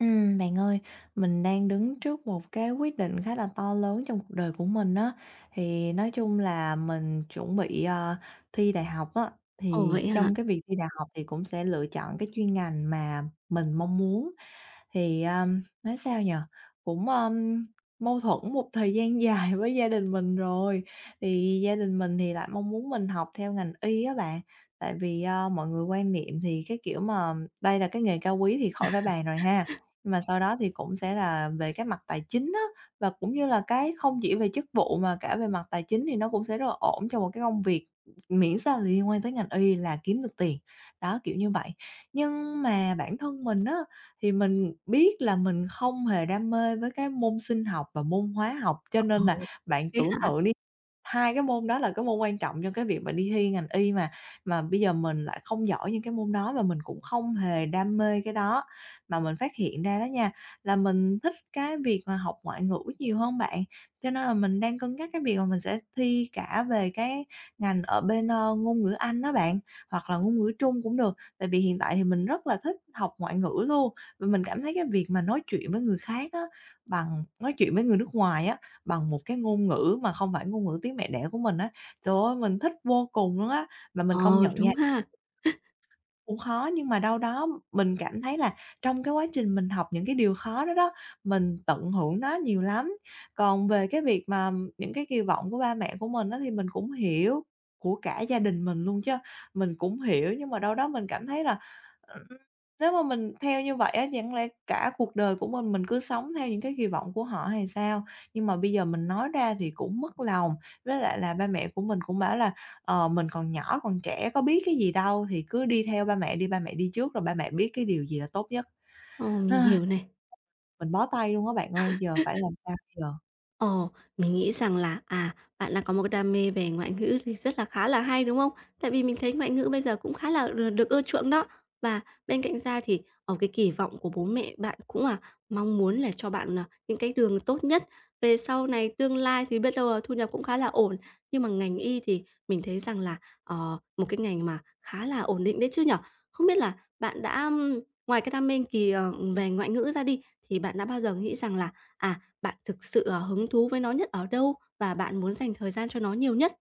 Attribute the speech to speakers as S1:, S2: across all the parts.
S1: Bạn ơi, mình đang đứng trước một cái quyết định khá là to lớn trong cuộc đời của mình á. Thì nói chung là mình chuẩn bị, thi đại học á,
S2: Ồ,
S1: thì
S2: vậy hả?
S1: trong cái việc thi đại học thì cũng sẽ lựa chọn cái chuyên ngành mà mình mong muốn. Thì, nói sao nhỉ, cũng, mâu thuẫn một thời gian dài với gia đình mình rồi. Thì gia đình mình thì lại mong muốn mình học theo ngành y á bạn, tại vì, mọi người quan niệm thì cái kiểu mà đây là cái nghề cao quý thì khỏi phải bàn rồi ha. Nhưng mà sau đó thì cũng sẽ là về cái mặt tài chính á, và cũng như là cái không chỉ về chức vụ mà cả về mặt tài chính thì nó cũng sẽ rất là ổn cho một cái công việc, miễn sao là liên quan tới ngành y là kiếm được tiền. Đó, kiểu như vậy. Nhưng mà bản thân mình á, thì mình biết là mình không hề đam mê với cái môn sinh học và môn hóa học, cho
S2: Ờ,
S1: nên là bạn
S2: thế
S1: tưởng
S2: hả?
S1: tượng đi. Hai cái môn đó là cái môn quan trọng cho cái việc mà đi thi ngành y mà bây giờ mình lại không giỏi những cái môn đó và mình cũng không hề đam mê cái đó. Mà mình phát hiện ra đó nha, là mình thích cái việc mà học ngoại ngữ nhiều hơn bạn, cho nên là mình đang cân nhắc cái việc mà mình sẽ thi cả về cái ngành ở bên, ngôn ngữ Anh đó bạn, hoặc là ngôn ngữ Trung cũng được. Tại vì hiện tại thì mình rất là thích học ngoại ngữ luôn, và mình cảm thấy cái việc mà nói chuyện với người khác á, bằng nói chuyện với người nước ngoài á, bằng một cái ngôn ngữ mà không phải ngôn ngữ tiếng mẹ đẻ của mình á. Trời ơi, mình thích vô cùng luôn á, mà mình công
S2: Ờ,
S1: nhận nha,
S2: đúng ha.
S1: cũng khó, nhưng mà đâu đó mình cảm thấy là trong cái quá trình mình học những cái điều khó đó đó, mình tận hưởng nó nhiều lắm. Còn về cái việc mà những cái kỳ vọng của ba mẹ của mình á thì mình cũng hiểu, của cả gia đình mình luôn chứ, mình cũng hiểu, nhưng mà đâu đó mình cảm thấy là, ừm, nếu mà mình theo như vậy á, chẳng lẽ cả cuộc đời của mình cứ sống theo những cái kỳ vọng của họ hay sao? Nhưng mà bây giờ mình nói ra thì cũng mất lòng, với lại là ba mẹ của mình cũng bảo là: "Ờ, mình còn nhỏ, còn trẻ có biết cái gì đâu, thì cứ đi theo ba mẹ đi trước rồi ba mẹ biết cái điều gì là tốt nhất."
S2: Ồ, mình hiểu này.
S1: Mình bó tay luôn á bạn ơi, giờ phải làm sao giờ?
S2: Ồ, mình nghĩ rằng là, bạn đang có một cái đam mê về ngoại ngữ thì rất là khá là hay, đúng không? Tại vì mình thấy ngoại ngữ bây giờ cũng khá là được được ưa chuộng đó. Và bên cạnh ra thì, ở cái kỳ vọng của bố mẹ bạn cũng là mong muốn là cho bạn, những cái đường tốt nhất, về sau này tương lai thì biết đâu là thu nhập cũng khá là ổn. Nhưng mà ngành y thì mình thấy rằng là, một cái ngành mà khá là ổn định đấy chứ nhỉ? Không biết là bạn đã, ngoài cái đam mê về ngoại ngữ ra đi, thì bạn đã bao giờ nghĩ rằng là, à, bạn thực sự, hứng thú với nó nhất ở đâu và bạn muốn dành thời gian cho nó nhiều nhất.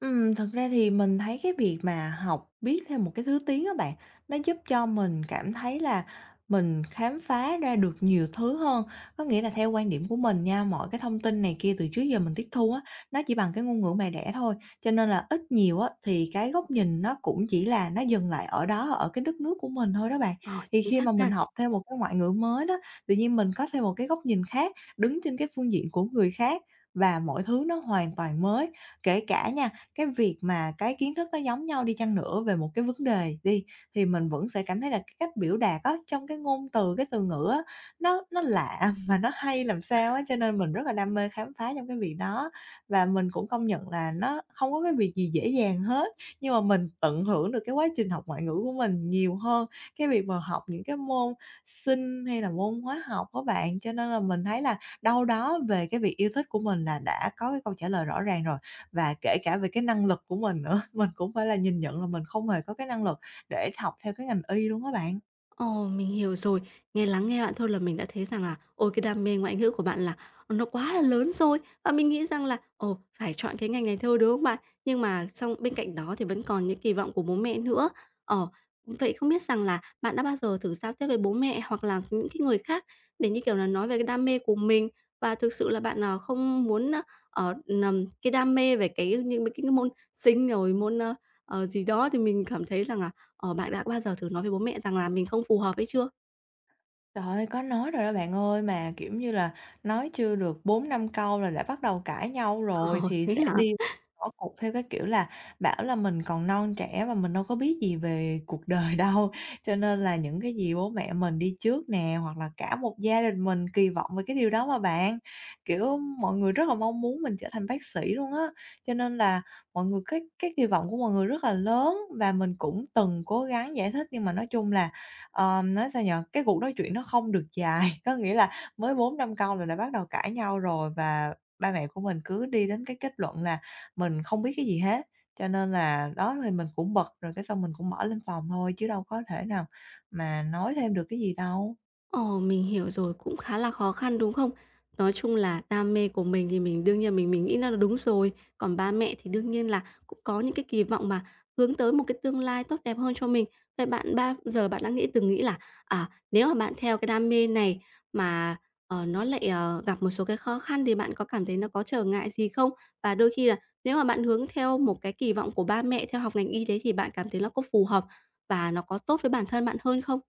S1: Thật ra thì mình thấy cái việc mà học biết thêm một cái thứ tiếng á bạn, nó giúp cho mình cảm thấy là mình khám phá ra được nhiều thứ hơn. Có nghĩa là theo quan điểm của mình nha, mọi cái thông tin này kia từ trước giờ mình tiếp thu á, nó chỉ bằng cái ngôn ngữ mẹ đẻ thôi, cho nên là ít nhiều á thì cái góc nhìn nó cũng chỉ là nó dừng lại ở đó, ở cái đất nước của mình thôi đó bạn.
S2: Ờ,
S1: Thì
S2: chính
S1: khi
S2: xác
S1: mà mình
S2: ha.
S1: học thêm một cái ngoại ngữ mới đó, tự nhiên mình có thêm một cái góc nhìn khác, đứng trên cái phương diện của người khác và mọi thứ nó hoàn toàn mới. Kể cả nha, cái việc mà cái kiến thức nó giống nhau đi chăng nữa về một cái vấn đề đi, thì mình vẫn sẽ cảm thấy là cái cách biểu đạt á, trong cái ngôn từ, cái từ ngữ á, nó lạ và nó hay làm sao á, cho nên mình rất là đam mê khám phá trong cái việc đó. Và mình cũng công nhận là nó không có cái việc gì dễ dàng hết, nhưng mà mình tận hưởng được cái quá trình học ngoại ngữ của mình nhiều hơn cái việc mà học những cái môn Sinh hay là môn hóa học á bạn. Cho nên là mình thấy là đâu đó về cái việc yêu thích của mình là đã có cái câu trả lời rõ ràng rồi, và kể cả về cái năng lực của mình nữa, mình cũng phải là nhìn nhận là mình không hề có cái năng lực để học theo cái ngành y luôn á bạn.
S2: Ồ, mình hiểu rồi. Nghe lắng nghe bạn thôi là mình đã thấy rằng là, ôi, cái đam mê ngoại ngữ của bạn là nó quá là lớn rồi. Và mình nghĩ rằng là, ồ, phải chọn cái ngành này thôi, đúng không bạn? Nhưng mà xong bên cạnh đó thì vẫn còn những kỳ vọng của bố mẹ nữa. Ờ, vậy không biết rằng là bạn đã bao giờ thử giao tiếp với bố mẹ hoặc là những cái người khác để như kiểu là nói về cái đam mê của mình và thực sự là bạn, không muốn, ở cái đam mê về cái những mấy cái môn Sinh rồi môn, gì đó thì mình cảm thấy rằng là. Ờ, bạn đã bao giờ thử nói với bố mẹ rằng là mình không phù hợp ấy chưa?
S1: Trời ơi, có nói rồi đó bạn ơi, mà, kiểu như là, nói chưa được bốn năm câu là đã bắt đầu cãi nhau rồi,
S2: Ờ,
S1: thì
S2: thế
S1: sẽ
S2: hả?
S1: đi bỏ cuộc theo cái kiểu là bảo là mình còn non trẻ và mình đâu có biết gì về cuộc đời đâu. Cho nên là những cái gì bố mẹ mình đi trước nè, hoặc là cả một gia đình mình kỳ vọng về cái điều đó mà bạn. Kiểu, mọi người rất là mong muốn mình trở thành bác sĩ luôn á, cho nên là mọi người cái kỳ vọng của mọi người rất là lớn, và mình cũng từng cố gắng giải thích, nhưng mà nói chung là, nói sao nhở, cái cuộc nói chuyện nó không được dài, có nghĩa là mới bốn 5 câu là đã bắt đầu cãi nhau rồi và ba mẹ của mình cứ đi đến cái kết luận là mình không biết cái gì hết. Cho nên là đó thì mình cũng bực rồi cái xong mình cũng mở lên phòng thôi, chứ đâu có thể nào mà nói thêm được cái gì đâu.
S2: Ồ, mình hiểu rồi, cũng khá là khó khăn, đúng không? Nói chung là đam mê của mình thì mình đương nhiên mình nghĩ là nó đúng rồi, còn ba mẹ thì đương nhiên là cũng có những cái kỳ vọng mà hướng tới một cái tương lai tốt đẹp hơn cho mình. Vậy bạn ba giờ bạn đã nghĩ từng nghĩ là, nếu mà bạn theo cái đam mê này mà, nó lại, gặp một số cái khó khăn thì bạn có cảm thấy nó có trở ngại gì không? Và đôi khi là nếu mà bạn hướng theo một cái kỳ vọng của ba mẹ theo học ngành y tế thì bạn cảm thấy nó có phù hợp và nó có tốt với bản thân bạn hơn không?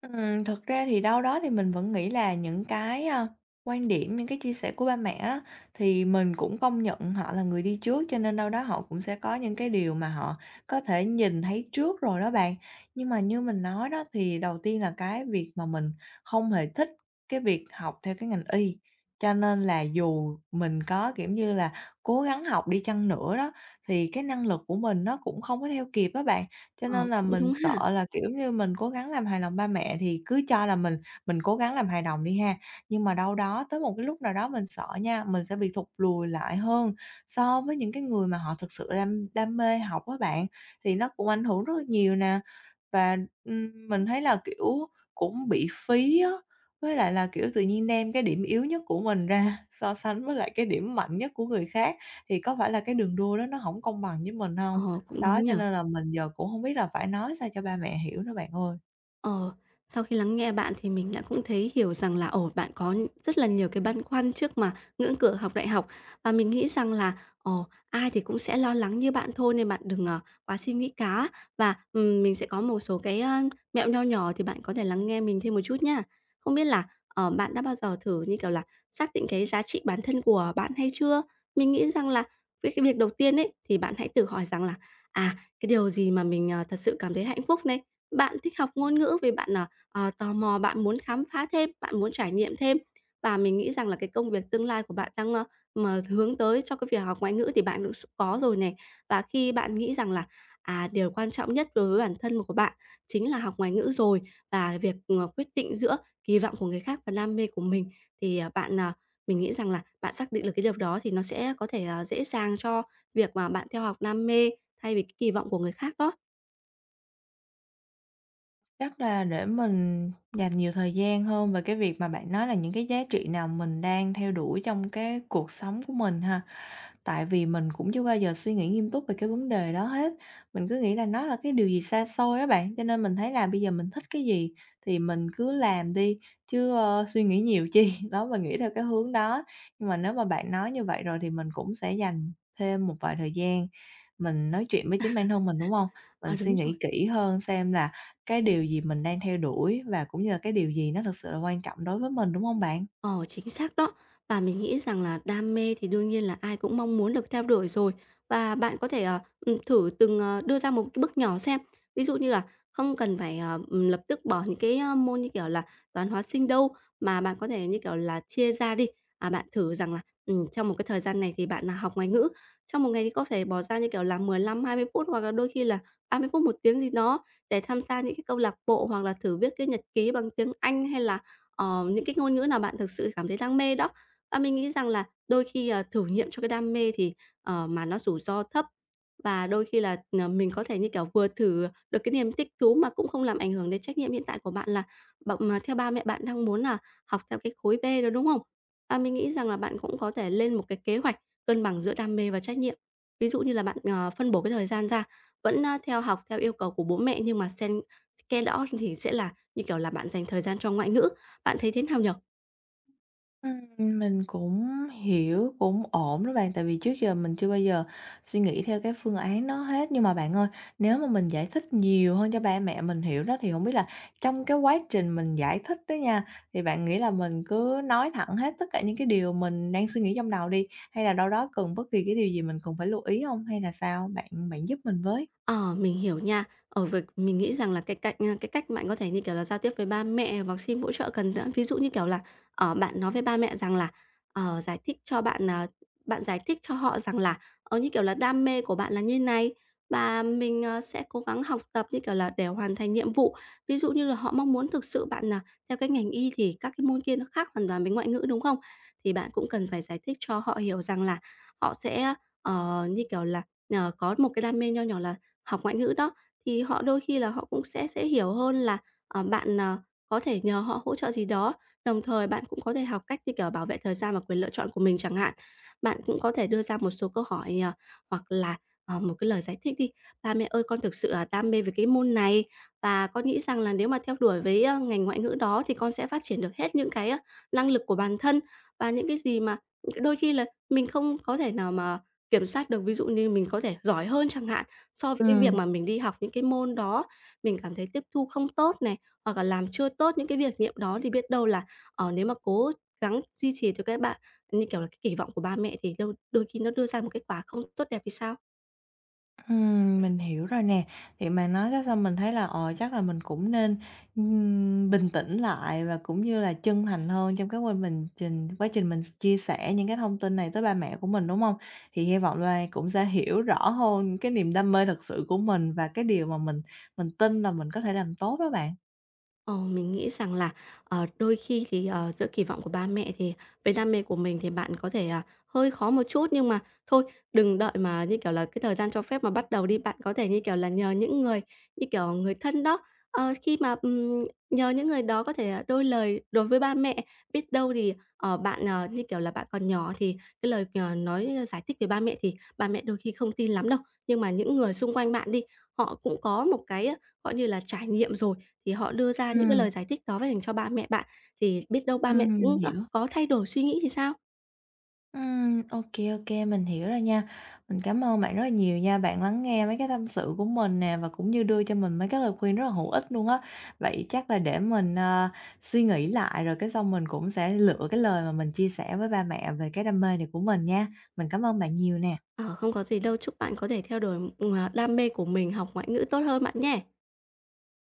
S1: Thực ra thì đâu đó thì mình vẫn nghĩ là những cái, quan điểm, những cái chia sẻ của ba mẹ á, thì mình cũng công nhận họ là người đi trước, cho nên đâu đó họ cũng sẽ có những cái điều mà họ có thể nhìn thấy trước rồi đó bạn. Nhưng mà như mình nói đó, thì đầu tiên là cái việc mà mình không hề thích cái việc học theo cái ngành y, cho nên là dù mình có, kiểu như là, cố gắng học đi chăng nữa đó, thì cái năng lực của mình nó cũng không có theo kịp đó bạn. Cho
S2: Ờ,
S1: nên là
S2: cũng
S1: mình
S2: đúng ha.
S1: sợ là, kiểu như, mình cố gắng làm hài lòng ba mẹ thì cứ cho là mình cố gắng làm hài lòng đi ha, nhưng mà đâu đó tới một cái lúc nào đó mình sợ nha, mình sẽ bị thụt lùi lại hơn so với những cái người mà họ thực sự đam đam mê học á bạn, thì nó cũng ảnh hưởng rất là nhiều nè. Và, mình thấy là, kiểu, cũng bị phí á, với lại là, kiểu, tự nhiên đem cái điểm yếu nhất của mình ra so sánh với lại cái điểm mạnh nhất của người khác, thì có phải là cái đường đua đó nó hổng công bằng với mình hông?
S2: Ờ, cũng
S1: Đó,
S2: đúng
S1: cho
S2: nhở.
S1: nên là mình giờ cũng hông biết là phải nói sao cho ba mẹ hiểu nữa bạn ơi.
S2: Ờ, sau khi lắng nghe bạn thì mình đã cũng thấy hiểu rằng là, ồ, bạn có rất là nhiều cái băn khoăn trước mà ngưỡng cửa học đại học. Và mình nghĩ rằng là, ồ, ai thì cũng sẽ lo lắng như bạn thôi nên bạn đừng, quá suy nghĩ cá. Và, mình sẽ có một số cái, mẹo nho nhỏ thì bạn có thể lắng nghe mình thêm một chút nhá. Không biết là, bạn đã bao giờ thử, như kiểu là, xác định cái giá trị bản thân của bạn hay chưa? Mình nghĩ rằng là với cái việc đầu tiên ấy, thì bạn hãy tự hỏi rằng là "À, cái điều gì mà mình, thật sự cảm thấy hạnh phúc này. Bạn thích học ngôn ngữ vì bạn, tò mò, bạn muốn khám phá thêm, bạn muốn trải nghiệm thêm. Và mình nghĩ rằng là cái công việc tương lai của bạn đang, mà hướng tới cho cái việc học ngoại ngữ thì bạn cũng s có rồi này. Và khi bạn nghĩ rằng là, điều quan trọng nhất đối với bản thân của bạn chính là học ngoại ngữ rồi, và việc, quyết định giữa kỳ vọng của người khác và đam mê của mình thì, bạn, mình nghĩ rằng là bạn xác định được cái điều đó thì nó sẽ có thể, dễ dàng cho việc mà bạn theo học đam mê thay vì cái kỳ vọng của người khác đó.
S1: Chắc là để mình dành nhiều thời gian hơn về cái việc mà bạn nói là những cái giá trị nào mình đang theo đuổi trong cái cuộc sống của mình ha. Tại vì mình cũng chưa bao giờ suy nghĩ nghiêm túc về cái vấn đề đó hết, mình cứ nghĩ là nó là cái điều gì xa xôi á bạn, cho nên mình thấy là bây giờ mình thích cái gì thì mình cứ làm đi, chứ, suy nghĩ nhiều chi. Đó, mình nghĩ theo cái hướng đó. Nhưng mà nếu mà bạn nói như vậy rồi thì mình cũng sẽ dành thêm một vài thời gian mình nói chuyện với chính bản thân mình, đúng không?
S2: Ờ,
S1: Mình
S2: đúng.
S1: suy nghĩ kỹ hơn xem là cái điều gì mình đang theo đuổi, và cũng như là cái điều gì nó thực sự là quan trọng đối với mình, đúng không bạn?
S2: Ờ, chính xác đó. Và mình nghĩ rằng là đam mê thì đương nhiên là ai cũng mong muốn được theo đuổi rồi. Và bạn có thể, thử từng, đưa ra một cái bước nhỏ xem. Ví dụ như là không cần phải, lập tức bỏ những cái, môn như kiểu là toán, hóa, sinh đâu, mà bạn có thể, như kiểu là, chia ra đi. À, bạn thử rằng là, trong một cái thời gian này thì bạn, là học ngoại ngữ, trong một ngày thì có thể bỏ ra, như kiểu là, 15-20 phút hoặc là đôi khi là 30 phút, một tiếng gì đó để tham gia những cái câu lạc bộ hoặc là thử viết cái nhật ký bằng tiếng Anh hay là những cái ngôn ngữ nào bạn thực sự cảm thấy đam mê đó. Và mình nghĩ rằng là đôi khi, thử nghiệm cho cái đam mê thì, mà nó rủi ro thấp và đôi khi là, mình có thể, như kiểu, vừa thử được cái niềm thích thú mà cũng không làm ảnh hưởng đến trách nhiệm hiện tại của bạn là bạn mà theo ba mẹ bạn đang muốn là học theo cái khối B đó, đúng không? Và mình nghĩ rằng là bạn cũng có thể lên một cái kế hoạch cân bằng giữa đam mê và trách nhiệm. Ví dụ như là bạn, phân bổ cái thời gian ra, vẫn, theo học theo yêu cầu của bố mẹ nhưng mà xen cái đó thì sẽ là, như kiểu là, bạn dành thời gian cho ngoại ngữ. Bạn thấy thế nào nhỉ?
S1: Ừm, mình cũng hiểu, cũng ổn đó bạn, tại vì trước giờ mình chưa bao giờ suy nghĩ theo cái phương án đó hết. Nhưng mà bạn ơi, nếu mà mình giải thích nhiều hơn cho ba mẹ mình hiểu đó, thì không biết là trong cái quá trình mình giải thích đó nha, thì bạn nghĩ là mình cứ nói thẳng hết tất cả những cái điều mình đang suy nghĩ trong đầu đi, hay là đâu đó cần bất kỳ cái điều gì mình cần phải lưu ý không? Hay là sao? Bạn bạn giúp mình với.
S2: Ờ, mình hiểu nha. Ở việc mình nghĩ rằng là cái cách bạn có thể, như kiểu là, giao tiếp với ba mẹ hoặc xin hỗ trợ cần nữa. Ví dụ, như kiểu là, bạn nói với ba mẹ rằng là, giải thích cho bạn, bạn giải thích cho họ rằng là, như kiểu là, đam mê của bạn là như này và mình, sẽ cố gắng học tập, như kiểu là, để hoàn thành nhiệm vụ. Ví dụ như là họ mong muốn thực sự bạn, là theo cái ngành y thì các cái môn kia nó khác hoàn toàn với ngoại ngữ, đúng không? Thì bạn cũng cần phải giải thích cho họ hiểu rằng là họ sẽ, như kiểu là, có một cái đam mê nho nhỏ là học ngoại ngữ đó, thì họ đôi khi là họ cũng sẽ hiểu hơn là, bạn, có thể nhờ họ hỗ trợ gì đó. Đồng thời bạn cũng có thể học cách, như kiểu, bảo vệ thời gian và quyền lựa chọn của mình chẳng hạn. Bạn cũng có thể đưa ra một số câu hỏi, hoặc là, một cái lời giải thích đi: "Ba mẹ ơi, con thực sự, đam mê với cái môn này và con nghĩ rằng là nếu mà theo đuổi với, ngành ngoại ngữ đó thì con sẽ phát triển được hết những cái, năng lực của bản thân và những cái gì mà đôi khi là mình không có thể nào mà kiểm soát được." Ví dụ như mình có thể giỏi hơn chẳng hạn. So với cái việc
S1: Ừm.
S2: mà mình đi học những cái môn đó, mình cảm thấy tiếp thu không tốt này, hoặc là làm chưa tốt những cái việc nghiệm đó thì biết đâu là, nếu mà cố gắng duy trì cho các bạn như kiểu là, cái kỳ vọng của ba mẹ thì đâu đôi khi nó đưa ra một kết quả không tốt đẹp thì sao?
S1: Mình hiểu rồi nè. Thì mà nói cái xong mình thấy là, chắc là mình cũng nên, bình tĩnh lại và cũng như là chân thành hơn trong cái quá trình mình chia sẻ những cái thông tin này tới ba mẹ của mình, đúng không? Thì hy vọng là cũng sẽ hiểu rõ hơn cái niềm đam mê thật sự của mình và cái điều mà mình tin là mình có thể làm tốt đó bạn.
S2: Ờ, mình nghĩ rằng là, đôi khi thì, giữa kỳ vọng của ba mẹ thì với đam mê của mình thì bạn có thể, hơi khó một chút, nhưng mà thôi đừng đợi mà, như kiểu là, cái thời gian cho phép mà bắt đầu đi. Bạn có thể, như kiểu là, nhờ những người, như kiểu, người thân đó, khi mà, nhờ những người đó có thể, đôi lời đối với ba mẹ. Biết đâu thì, bạn, như kiểu là, bạn còn nhỏ thì cái lời, nói giải thích với ba mẹ thì ba mẹ đôi khi không tin lắm đâu. Nhưng mà những người xung quanh bạn đi, họ cũng có một cái, gọi như là, trải nghiệm rồi, thì họ đưa ra những cái
S1: Ừm,
S2: lời giải thích đó dành cho ba mẹ bạn, thì biết đâu ba mẹ
S1: ừm,
S2: cũng,
S1: hiểu.
S2: có thay đổi suy nghĩ thì sao?
S1: Ok, ok, mình hiểu rồi nha. Mình cảm ơn bạn rất là nhiều nha, bạn lắng nghe mấy cái tâm sự của mình nè và cũng như đưa cho mình mấy cái lời khuyên rất là hữu ích luôn á. Vậy chắc là để mình, suy nghĩ lại rồi cái xong mình cũng sẽ lựa cái lời mà mình chia sẻ với ba mẹ về cái đam mê này của mình nha. Mình cảm ơn bạn nhiều nè.
S2: Ờ, không có gì đâu, chúc bạn có thể theo đuổi, đam mê của mình, học ngoại ngữ tốt hơn bạn nhé.